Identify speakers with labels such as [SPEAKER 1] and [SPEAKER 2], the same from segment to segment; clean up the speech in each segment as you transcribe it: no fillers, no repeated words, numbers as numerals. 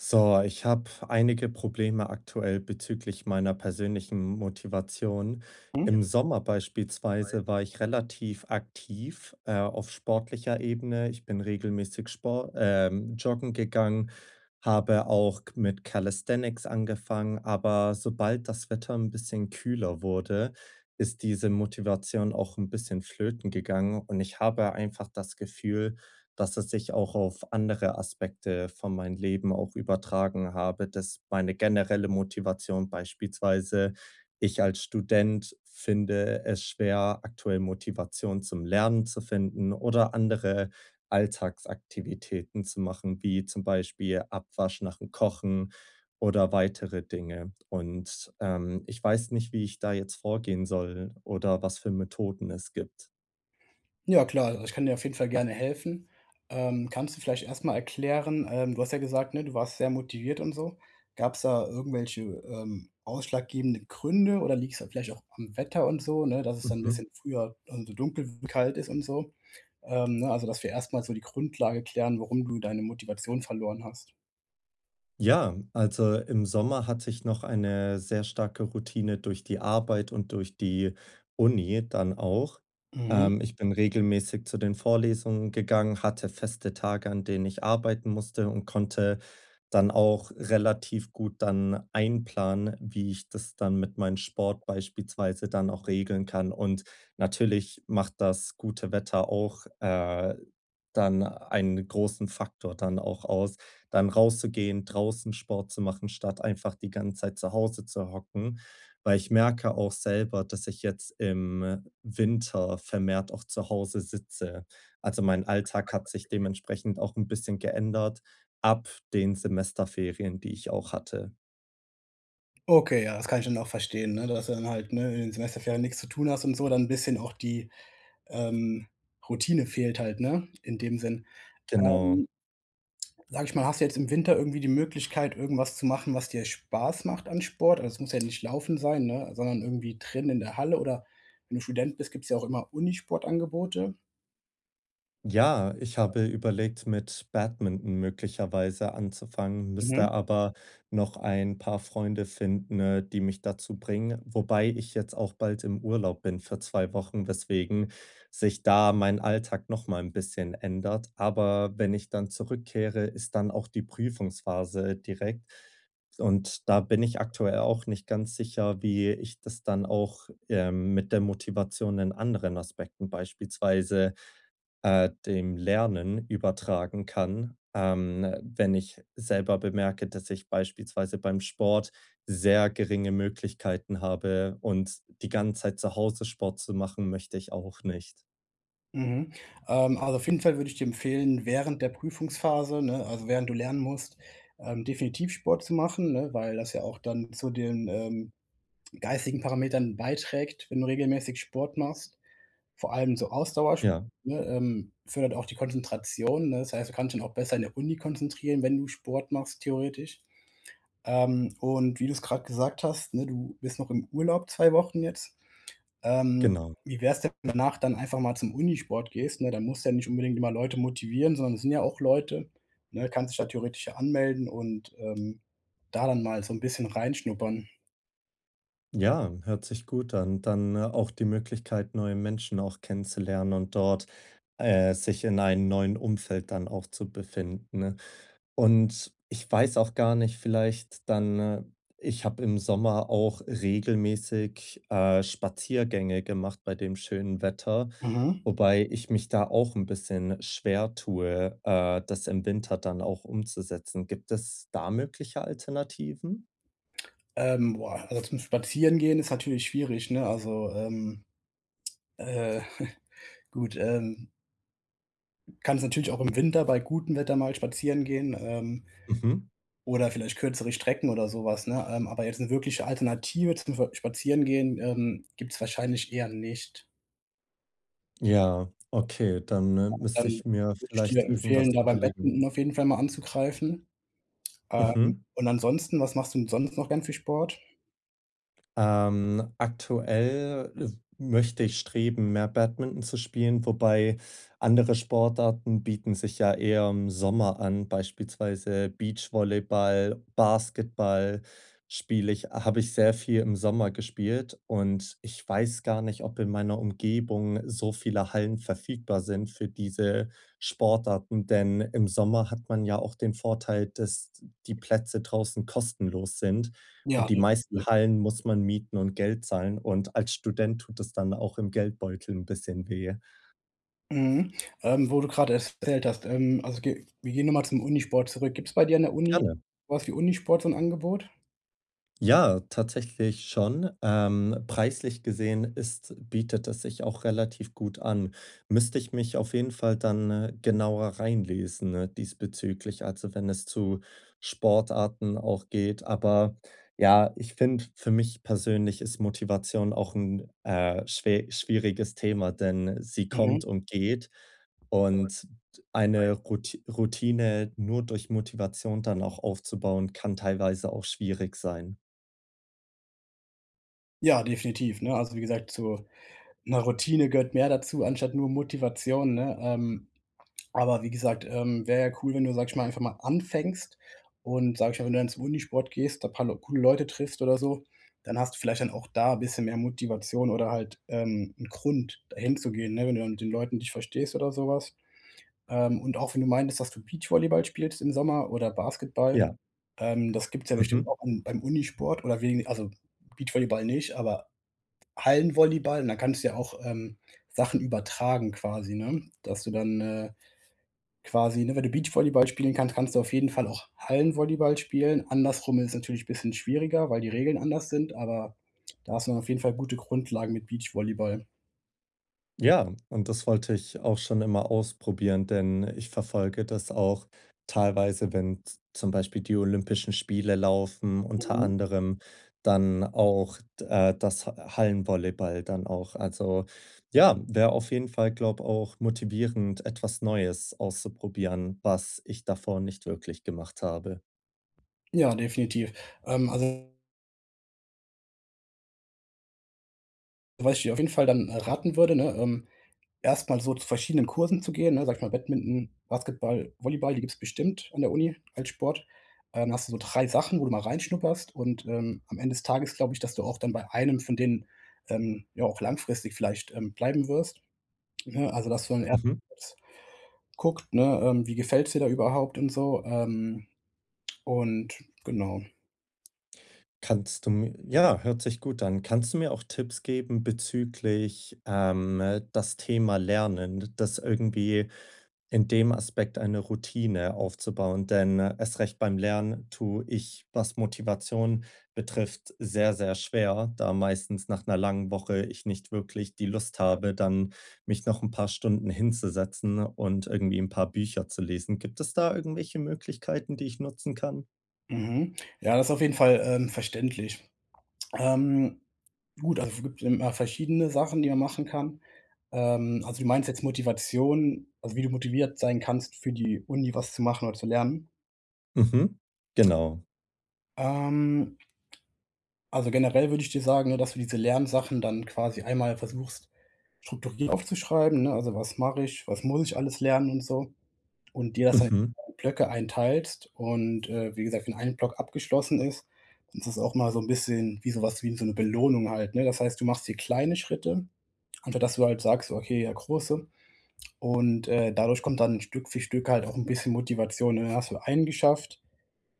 [SPEAKER 1] So, ich habe einige Probleme aktuell bezüglich meiner persönlichen Motivation.
[SPEAKER 2] Mhm.
[SPEAKER 1] Im Sommer beispielsweise war ich relativ aktiv, auf sportlicher Ebene. Ich bin regelmäßig Sport, joggen gegangen, habe auch mit Calisthenics angefangen, aber sobald das Wetter ein bisschen kühler wurde, ist diese Motivation auch ein bisschen flöten gegangen und ich habe einfach das Gefühl, dass es sich auch auf andere Aspekte von meinem Leben auch übertragen habe, dass meine generelle Motivation beispielsweise ich als Student finde es schwer, aktuell Motivation zum Lernen zu finden oder andere Alltagsaktivitäten zu machen, wie zum Beispiel Abwasch nach dem Kochen oder weitere Dinge. Und, ich weiß nicht, wie ich da jetzt vorgehen soll oder was für Methoden es gibt.
[SPEAKER 2] Ja klar, also ich kann dir auf jeden Fall gerne helfen. Kannst du vielleicht erstmal erklären, du hast ja gesagt, ne, du warst sehr motiviert und so. Gab's da irgendwelche, ausschlaggebenden Gründe oder liegt's da vielleicht auch am Wetter und so, ne, dass es dann ein
[SPEAKER 1] Mhm.
[SPEAKER 2] bisschen früher also, so dunkel wird, kalt ist und so? Ne, also, dass wir erstmal so die Grundlage klären, warum du deine Motivation verloren hast.
[SPEAKER 1] Ja, also im Sommer hatte ich noch eine sehr starke Routine durch die Arbeit und durch die Uni dann auch.
[SPEAKER 2] Mhm.
[SPEAKER 1] Ich bin regelmäßig zu den Vorlesungen gegangen, hatte feste Tage, an denen ich arbeiten musste und konnte dann auch relativ gut dann einplanen, wie ich das dann mit meinem Sport beispielsweise dann auch regeln kann. Und natürlich macht das gute Wetter auch, dann einen großen Faktor dann auch aus, dann rauszugehen, draußen Sport zu machen, statt einfach die ganze Zeit zu Hause zu hocken. Weil ich merke auch selber, dass ich jetzt im Winter vermehrt auch zu Hause sitze. Also mein Alltag hat sich dementsprechend auch ein bisschen geändert. Ab den Semesterferien, die ich auch hatte.
[SPEAKER 2] Okay, ja, das kann ich dann auch verstehen, ne, dass du dann halt, ne, in den Semesterferien nichts zu tun hast und so, dann ein bisschen auch die, ähm, Routine fehlt halt, ne, in dem Sinn.
[SPEAKER 1] Genau.
[SPEAKER 2] Ähm, Sage ich mal, hast du jetzt im Winter irgendwie die Möglichkeit, irgendwas zu machen, was dir Spaß macht an Sport? Also, es muss ja nicht Laufen sein, ne, sondern irgendwie drin in der Halle oder wenn du Student bist, gibt's ja auch immer Unisportangebote.
[SPEAKER 1] Ja, ich habe überlegt, mit Badminton möglicherweise anzufangen,
[SPEAKER 2] Mhm,
[SPEAKER 1] müsste aber noch ein paar Freunde finden, die mich dazu bringen, wobei ich jetzt auch bald im Urlaub bin für 2 Wochen, weswegen sich da mein Alltag noch mal ein bisschen ändert. Aber wenn ich dann zurückkehre, ist dann auch die Prüfungsphase direkt und da bin ich aktuell auch nicht ganz sicher, wie ich das dann auch, mit der Motivation in anderen Aspekten, beispielsweise dem Lernen übertragen kann. Wenn ich selber bemerke, dass ich beispielsweise beim Sport sehr geringe Möglichkeiten habe und die ganze Zeit zu Hause Sport zu machen, möchte ich auch nicht.
[SPEAKER 2] mhm. Also, auf jeden Fall würde ich dir empfehlen, während der Prüfungsphase, ne, also während du lernen musst, definitiv Sport zu machen, ne, weil das ja auch dann zu den, geistigen Parametern beiträgt, wenn du regelmäßig Sport machst. Vor allem so Ausdauersport,
[SPEAKER 1] Ja,
[SPEAKER 2] ne, fördert auch die Konzentration, ne? Das heißt, du kannst dich dann auch besser in der Uni konzentrieren, wenn du Sport machst, theoretisch. Und wie du es gerade gesagt hast, ne, du bist noch im Urlaub 2 Wochen jetzt. Ähm,
[SPEAKER 1] genau.
[SPEAKER 2] Wie wär's denn, wenn du danach dann einfach mal zum Unisport gehst, ne? Da musst du ja nicht unbedingt immer Leute motivieren, sondern es sind ja auch Leute, ne? Kannst dich da theoretisch ja anmelden und, da dann mal so ein bisschen reinschnuppern.
[SPEAKER 1] Ja, hört sich gut an. Dann auch die Möglichkeit, neue Menschen auch kennenzulernen und dort sich in einem neuen Umfeld dann auch zu befinden, ne? Und ich weiß auch gar nicht, vielleicht dann ich habe im Sommer auch regelmäßig, Spaziergänge gemacht bei dem schönen Wetter,
[SPEAKER 2] Mhm.
[SPEAKER 1] wobei ich mich da auch ein bisschen schwer tue, das im Winter dann auch umzusetzen. Gibt es da mögliche Alternativen?
[SPEAKER 2] Boah, also zum Spazierengehen ist natürlich schwierig, ne? Also, äh, gut, kannst natürlich auch im Winter bei gutem Wetter mal spazieren gehen,
[SPEAKER 1] Mhm.
[SPEAKER 2] oder vielleicht kürzere Strecken oder sowas, ne? Aber jetzt eine wirkliche Alternative zum Ver Spazierengehen, gibt es wahrscheinlich eher nicht.
[SPEAKER 1] Ja, okay, dann, müsste
[SPEAKER 2] Dann
[SPEAKER 1] ich mir
[SPEAKER 2] würde ich dir
[SPEAKER 1] vielleicht irgendwas
[SPEAKER 2] empfehlen, da beim
[SPEAKER 1] überlegen.
[SPEAKER 2] Badminton auf jeden Fall mal anzugreifen.
[SPEAKER 1] Mhm.
[SPEAKER 2] Und ansonsten, was machst du sonst noch gern für Sport?
[SPEAKER 1] Aktuell möchte ich streben, mehr Badminton zu spielen, wobei andere Sportarten bieten sich ja eher im Sommer an, beispielsweise Beachvolleyball, Basketball spiele ich habe ich sehr viel im Sommer gespielt und ich weiß gar nicht, ob in meiner Umgebung so viele Hallen verfügbar sind für diese Sportarten, denn im Sommer hat man ja auch den Vorteil, dass die Plätze draußen kostenlos sind.
[SPEAKER 2] Ja,
[SPEAKER 1] Und die meisten Hallen muss man mieten und Geld zahlen und als Student tut es dann auch im Geldbeutel ein bisschen weh.
[SPEAKER 2] mhm. Wo du gerade erzählt hast, also ge wir gehen nochmal zum Unisport zurück. Gibt's bei dir an der Uni
[SPEAKER 1] Gerne.
[SPEAKER 2] so was wie Unisport, so 'n Angebot?
[SPEAKER 1] Ja, tatsächlich schon. Preislich gesehen ist bietet es sich auch relativ gut an. Müsste ich mich auf jeden Fall dann, genauer reinlesen, ne, diesbezüglich, also wenn es zu Sportarten auch geht. Aber ja, ich finde, für mich persönlich ist Motivation auch ein schwer schwieriges Thema, denn sie
[SPEAKER 2] Mhm.
[SPEAKER 1] kommt und geht. Und eine Ruti Routine nur durch Motivation dann auch aufzubauen, kann teilweise auch schwierig sein.
[SPEAKER 2] Ja, definitiv, ne? Also, wie gesagt, zu 'ner Routine gehört mehr dazu anstatt nur Motivation, ne? Aber wie gesagt, wäre ja cool, wenn du, sag ich mal, einfach mal anfängst und, sag ich mal, wenn du dann zum Unisport gehst, da paar Leu coole Leute triffst oder so, dann hast du vielleicht dann auch da bisschen mehr Motivation oder halt, 'n Grund, dahin zu gehen, ne, wenn du dann mit den Leuten dich verstehst oder so was. Und auch wenn du meintest, dass du Beachvolleyball spielst im Sommer oder Basketball,
[SPEAKER 1] Ja,
[SPEAKER 2] das gibt's ja bestimmt
[SPEAKER 1] mhm.
[SPEAKER 2] auch an beim Unisport oder wegen also Beachvolleyball nicht, aber Hallenvolleyball und da kannst du ja auch, Sachen übertragen quasi, ne? Dass du dann, quasi, ne? Wenn du Beachvolleyball spielen kannst, kannst du auf jeden Fall auch Hallenvolleyball spielen. Andersrum ist es natürlich bisschen schwieriger, weil die Regeln anders sind, aber da hast du dann auf jeden Fall gute Grundlagen mit Beachvolleyball.
[SPEAKER 1] Ja, und das wollte ich auch schon immer ausprobieren, denn ich verfolge das auch teilweise, wenn z zum Beispiel die Olympischen Spiele laufen, unter
[SPEAKER 2] Mhm.
[SPEAKER 1] anderem dann auch, das Ha Hallenvolleyball dann auch. Also, ja, wäre auf jeden Fall, glaube ich, auch motivierend, etwas Neues auszuprobieren, was ich davor nicht wirklich gemacht habe.
[SPEAKER 2] Ja, definitiv. Also was ich dir auf jeden Fall dann raten würde, ne, erst so zu verschiedenen Kursen zu gehen, ne, sag ich mal, Badminton, Basketball, Volleyball, die gibt's bestimmt an der Uni als Sport. Hast du so 3 Sachen, wo du mal reinschnupperst und, am Ende des Tages glaube ich, dass du auch dann bei einem von denen, ja auch langfristig vielleicht, bleiben wirst, ne? Also, dass man erst guckt, ne, wie gefällt's dir da überhaupt und so, und genau.
[SPEAKER 1] Kannst du mi ja, hört sich gut an. Kannst du mir auch Tipps geben bezüglich, das Thema Lernen, das irgendwie in dem Aspekt eine Routine aufzubauen? Denn erst recht beim Lernen tue ich, was Motivation betrifft, sehr, sehr schwer, da meistens nach einer langen Woche ich nicht wirklich die Lust habe, dann mich noch ein paar Stunden hinzusetzen und irgendwie ein paar Bücher zu lesen. Gibt es da irgendwelche Möglichkeiten, die ich nutzen kann?
[SPEAKER 2] Mhm. Ja, das ist auf jeden Fall, verständlich. Ähm Gut, also es gibt immer verschiedene Sachen, die man machen kann. Also du meinst jetzt Motivation, also wie du motiviert sein kannst, für die Uni was zu machen oder zu lernen?
[SPEAKER 1] Mhm. Genau.
[SPEAKER 2] Ähm, also generell würde ich dir sagen, ne, dass du diese Lernsachen dann quasi einmal versuchst, strukturiert aufzuschreiben, ne? Also was mache ich, was muss ich alles lernen und so. Und dir das dann
[SPEAKER 1] Mhm.
[SPEAKER 2] in Blöcke einteilst. Und wie gesagt, wenn ein Block abgeschlossen ist, dann ist das auch mal so ein bisschen wie sowas wie so eine Belohnung halt, ne? Das heißt, du machst dir kleine Schritte anstatt dass du halt sagst: „Okay, ja Große“, und, dadurch kommt dann Stück für Stück halt auch ein bisschen Motivation, ne? Dann hast du einen geschafft,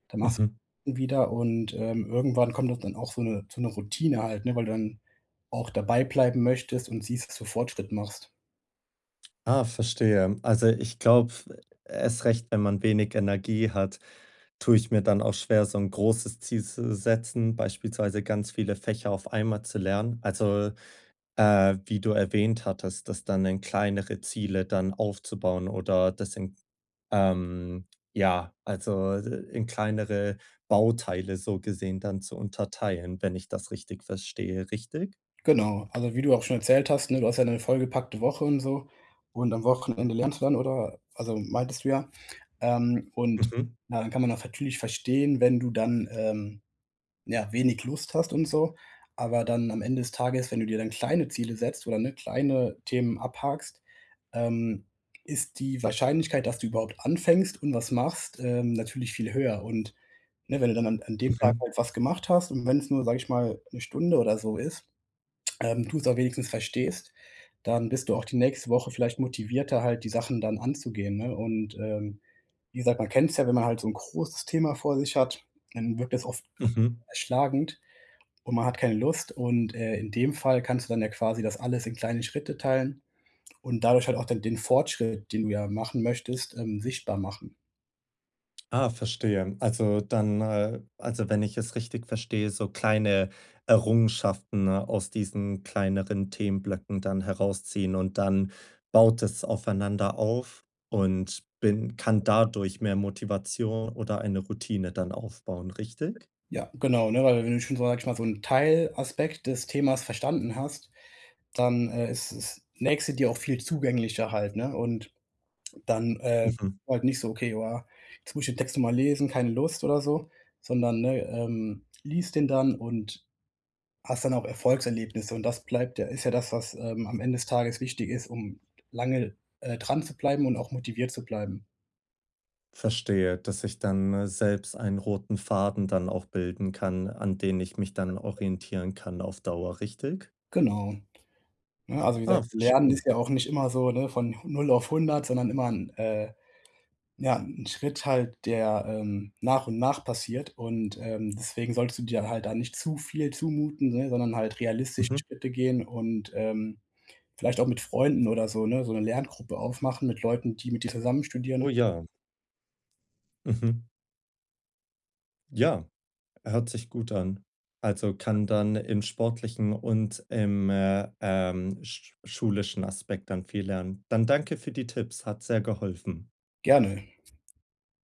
[SPEAKER 2] dann machst
[SPEAKER 1] Mhm.
[SPEAKER 2] du wieder und, irgendwann kommt das dann auch so eine Routine halt, ne, weil du dann auch dabei bleiben möchtest und siehst, dass du Fortschritt machst.
[SPEAKER 1] Ah, verstehe. Also, ich glaube, erst recht, wenn man wenig Energie hat, tue ich mir dann auch schwer, so ein großes Ziel zu setzen, beispielsweise ganz viele Fächer auf einmal zu lernen. Also, wie du erwähnt hattest, das dann in kleinere Ziele dann aufzubauen oder das in ähm, in kleinere Bauteile so gesehen dann zu unterteilen, wenn ich das richtig verstehe, richtig?
[SPEAKER 2] Genau, also, wie du auch schon erzählt hast, ne, du hast ja eine vollgepackte Woche und so und am Wochenende lernst du dann oder also, meintest du ja, ähm, und
[SPEAKER 1] Mhm.
[SPEAKER 2] na dann kann man auch natürlich verstehen, wenn du dann, ja, wenig Lust hast und so. Aber dann am Ende des Tages, wenn du dir dann kleine Ziele setzt oder, ne, kleine Themen abhakst, ähm, ist die Wahrscheinlichkeit, dass du überhaupt anfängst und was machst, natürlich viel höher. Und, ne, wenn du dann an dem Tag
[SPEAKER 1] Mhm.
[SPEAKER 2] halt was gemacht hast und wenn es nur, sage ich mal, 1 Stunde oder so ist, du es auch wenigstens verstehst, dann bist du auch die nächste Woche vielleicht motivierter, halt die Sachen dann anzugehen, ne? Und, wie gesagt, man kennt's ja, wenn man halt so ein großes Thema vor sich hat, dann wirkt das oft
[SPEAKER 1] Mhm.
[SPEAKER 2] erschlagend und man hat keine Lust und, in dem Fall kannst du dann ja quasi das alles in kleine Schritte teilen und dadurch halt auch dann den Fortschritt, den du ja machen möchtest, sichtbar machen.
[SPEAKER 1] Ah, verstehe. Also, wenn ich es richtig verstehe, so kleine Errungenschaften aus diesen kleineren Themenblöcken dann herausziehen und dann baut es aufeinander auf und bin kann dadurch mehr Motivation oder eine Routine dann aufbauen, richtig?
[SPEAKER 2] Ja, genau, ne, weil wenn du schon so, sag ich mal, so einen Teilaspekt des Themas verstanden hast, dann, ist das Nächste dir auch viel zugänglicher halt, ne? Und dann,
[SPEAKER 1] Mhm,
[SPEAKER 2] halt nicht so: „Okay, boah, jetzt muss ich den Text nochmal lesen, keine Lust“, oder so, sondern, ne, liest den dann und hast dann auch Erfolgserlebnisse und das bleibt ja ist ja das, was, am Ende des Tages wichtig ist, um lange, dran zu bleiben und auch motiviert zu bleiben.
[SPEAKER 1] verstehe, dass ich dann, selbst einen roten Faden dann auch bilden kann, an den ich mich dann orientieren kann auf Dauer, richtig?
[SPEAKER 2] Genau. Ne, also wie
[SPEAKER 1] Ah,
[SPEAKER 2] gesagt, Lernen
[SPEAKER 1] verstehe.
[SPEAKER 2] ist ja auch nicht immer so, ne, von 0 auf 100, sondern immer ein ja, 'n Schritt halt, der, nach und nach passiert und, deswegen solltest du dir halt da nicht zu viel zumuten, ne, sondern halt realistisch
[SPEAKER 1] Mhm.
[SPEAKER 2] Schritte gehen und, vielleicht auch mit Freunden oder so, ne, so 'ne Lerngruppe aufmachen mit Leuten, die mit dir zusammen
[SPEAKER 1] Oh
[SPEAKER 2] studieren.
[SPEAKER 1] ja. Mhm. Ja. Hört sich gut an. Also, kann dann im sportlichen und im, schulischen Aspekt dann viel lernen. Dann danke für die Tipps, hat sehr geholfen.
[SPEAKER 2] Gerne.